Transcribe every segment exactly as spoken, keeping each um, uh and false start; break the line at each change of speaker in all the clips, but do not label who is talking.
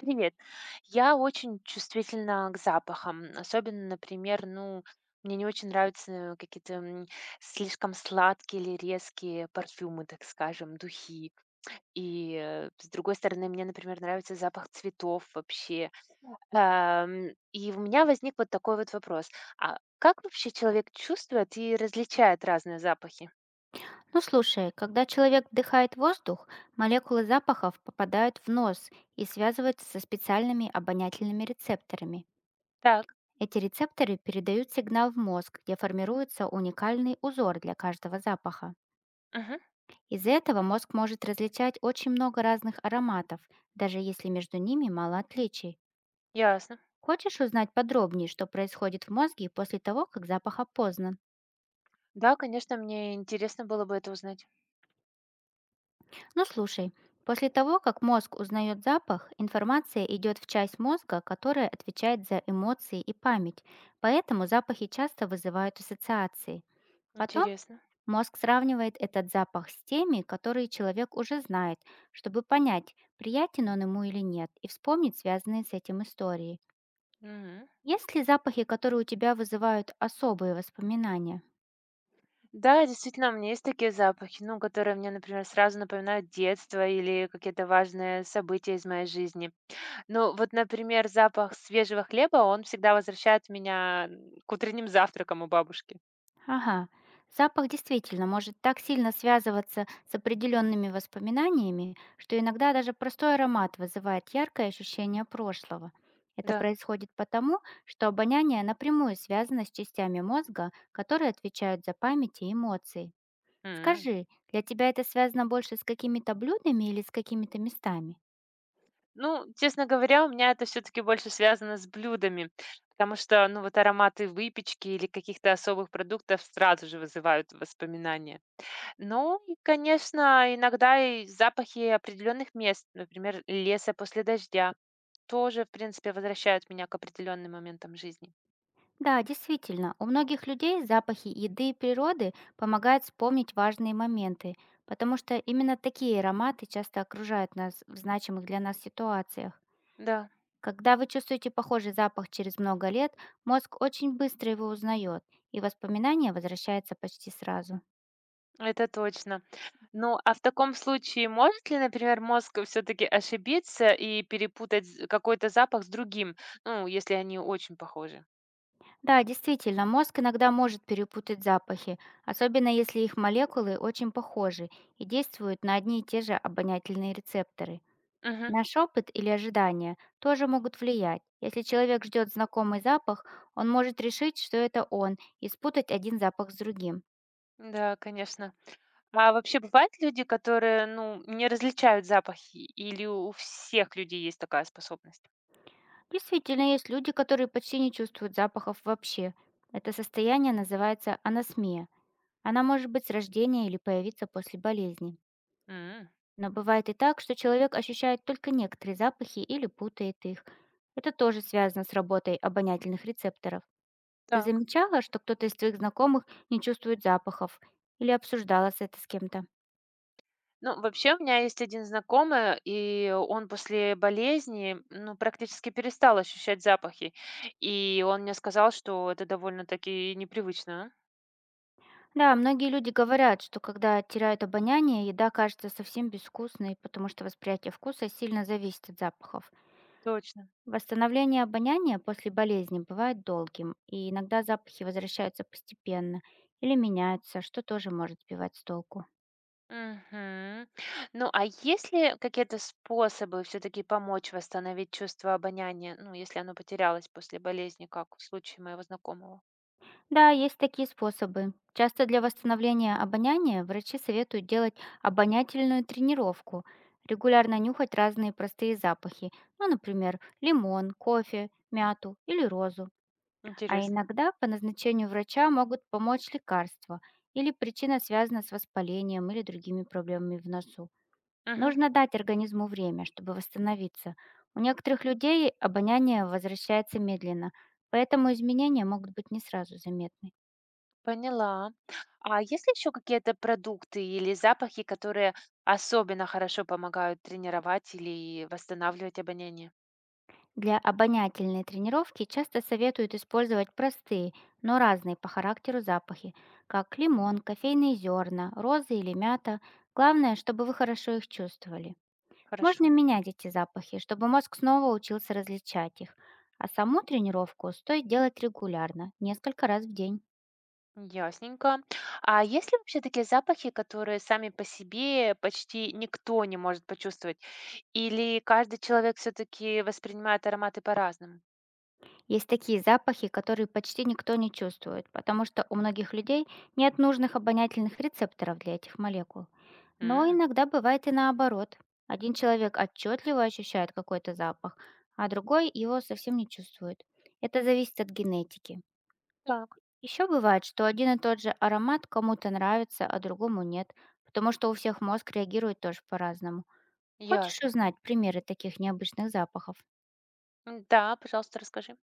Привет. Я очень чувствительна к запахам. Особенно, например, ну, мне не очень нравятся какие-то м, слишком сладкие или резкие парфюмы, так скажем, духи. И э, с другой стороны, мне, например, нравится запах цветов вообще. Ам, И у меня возник вот такой вот вопрос. А как вообще человек чувствует и различает разные запахи?
Ну слушай, когда человек вдыхает воздух, молекулы запахов попадают в нос и связываются со специальными обонятельными рецепторами.
Так,
Эти рецепторы передают сигнал в мозг, где формируется уникальный узор для каждого запаха.
мгм,
Из-за этого мозг может различать очень много разных ароматов, даже если между ними мало отличий.
ясно.
Хочешь узнать подробнее, что происходит в мозге после того, как запах опознан?
Да, конечно, мне интересно было бы это узнать.
Ну слушай, после того, как мозг узнает запах, информация идет в часть мозга, которая отвечает за эмоции и память, поэтому запахи часто вызывают ассоциации. Потом
Интересно.
мозг сравнивает этот запах с теми, которые человек уже знает, чтобы понять, приятен он ему или нет, и вспомнить связанные с этим истории.
Мгм.
Есть ли запахи, которые у тебя вызывают особые воспоминания?
Да, действительно, у меня есть такие запахи, ну, которые мне, например, сразу напоминают детство или какие-то важные события из моей жизни. Ну, вот, например, запах свежего хлеба, он всегда возвращает меня м, к утренним завтракам у бабушки.
Ага. Запах действительно может так сильно связываться с определенными воспоминаниями, что иногда даже простой аромат вызывает яркое ощущение прошлого. Это
Да.
происходит потому, что обоняние напрямую связано с частями мозга, которые отвечают за память и эмоции.
М.
Скажи, для тебя это связано больше с какими-то блюдами или с какими-то местами?
Ну, честно говоря, у меня это все-таки больше связано с блюдами, потому что, ну, вот ароматы выпечки или каких-то особых продуктов сразу же вызывают воспоминания. Ну, и, конечно, иногда и запахи определенных мест, например, леса после дождя. Тоже, в принципе, возвращают меня к определенным моментам жизни.
Да, действительно, у многих людей запахи еды и природы помогают вспомнить важные моменты, потому что именно такие ароматы часто окружают нас в значимых для нас ситуациях.
Да,
Когда вы чувствуете похожий запах через много лет, мозг очень быстро его узнает, и воспоминание возвращается почти сразу.
это точно. Ну, а в таком случае может ли, например, мозг все-таки ошибиться и перепутать з- какой-то запах с другим, ну, если они очень похожи?
Да, действительно, мозг иногда может перепутать запахи, особенно если их молекулы очень похожи и действуют на одни и те же обонятельные рецепторы.
Мгм.
Наш опыт или ожидания тоже могут влиять. Если человек ждет знакомый запах, он может решить, что это он, и спутать один запах с другим.
Да, конечно. А вообще бывают люди, которые, ну, не различают запахи, или у всех людей есть такая способность?
Действительно, есть люди, которые почти не чувствуют запахов вообще. Это состояние называется анасмия. Она может быть с рождения или появиться после болезни.
М,
Но бывает и так, что человек ощущает только некоторые запахи или путает их. Это тоже связано с работой обонятельных рецепторов. Ты
Так.
замечала, что кто-то из твоих знакомых не чувствует запахов? Или обсуждала с это с кем-то?
Ну, вообще, у меня есть один знакомый, и он после болезни, ну, практически перестал ощущать запахи. И он мне сказал, что это довольно-таки непривычно.
Да, многие люди говорят, что когда теряют обоняние, еда кажется совсем безвкусной, потому что восприятие вкуса сильно зависит от запахов.
Точно.
Восстановление обоняния после болезни бывает долгим, и иногда запахи возвращаются постепенно или меняются, что тоже может сбивать с толку.
Мгм. Ну, а есть ли какие-то способы все-таки помочь восстановить чувство обоняния, ну, если оно потерялось после болезни, как в случае моего знакомого?
Да, есть такие способы. Часто для восстановления обоняния врачи советуют делать обонятельную тренировку, регулярно нюхать разные простые запахи, ну, например, лимон, кофе, мяту или розу. А
Интересно.
иногда по назначению врача могут помочь лекарства или причина связана с воспалением или другими проблемами в носу.
Мгм.
Нужно дать организму время, чтобы восстановиться. У некоторых людей обоняние возвращается медленно, поэтому изменения могут быть не сразу заметны.
Поняла. А есть ли еще какие-то продукты или запахи, которые особенно хорошо помогают тренировать или восстанавливать обоняние?
Для обонятельной тренировки часто советуют использовать простые, но разные по характеру запахи, как лимон, кофейные зерна, розы или мята. Главное, чтобы вы хорошо их чувствовали. Можно
Хорошо.
менять эти запахи, чтобы мозг снова учился различать их. А саму тренировку стоит делать регулярно, несколько раз в день.
Ясненько. А есть ли вообще такие запахи, которые сами по себе почти никто не может почувствовать? Или каждый человек все-таки воспринимает ароматы по-разному?
Есть такие запахи, которые почти никто не чувствует, потому что у многих людей нет нужных обонятельных рецепторов для этих молекул. Но
М,
иногда бывает и наоборот. Один человек отчетливо ощущает какой-то запах, а другой его совсем не чувствует. Это зависит от генетики.
Так,
Еще бывает, что один и тот же аромат кому-то нравится, а другому нет, потому что у всех мозг реагирует тоже по-разному. Хочешь
ясно.
узнать примеры таких необычных запахов?
М, Да, пожалуйста, расскажи.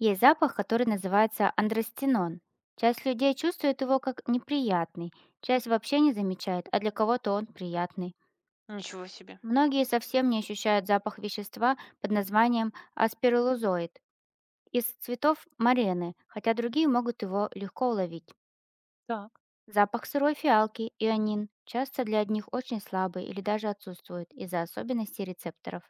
Есть запах, который называется андростенон. Часть людей чувствует его как неприятный, часть вообще не замечает, а для кого-то он приятный.
Ничего себе.
Многие совсем не ощущают запах вещества под названием аспирилозоид из цветов марены, хотя другие могут его легко уловить.
Так.
Запах сырой фиалки, ионин, часто для одних очень слабый или даже отсутствует из-за особенностей рецепторов.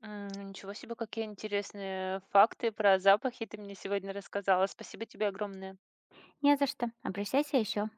М, ну, ничего себе, какие интересные факты про запахи ты мне сегодня рассказала. Спасибо тебе огромное.
Не за что, обращайся еще.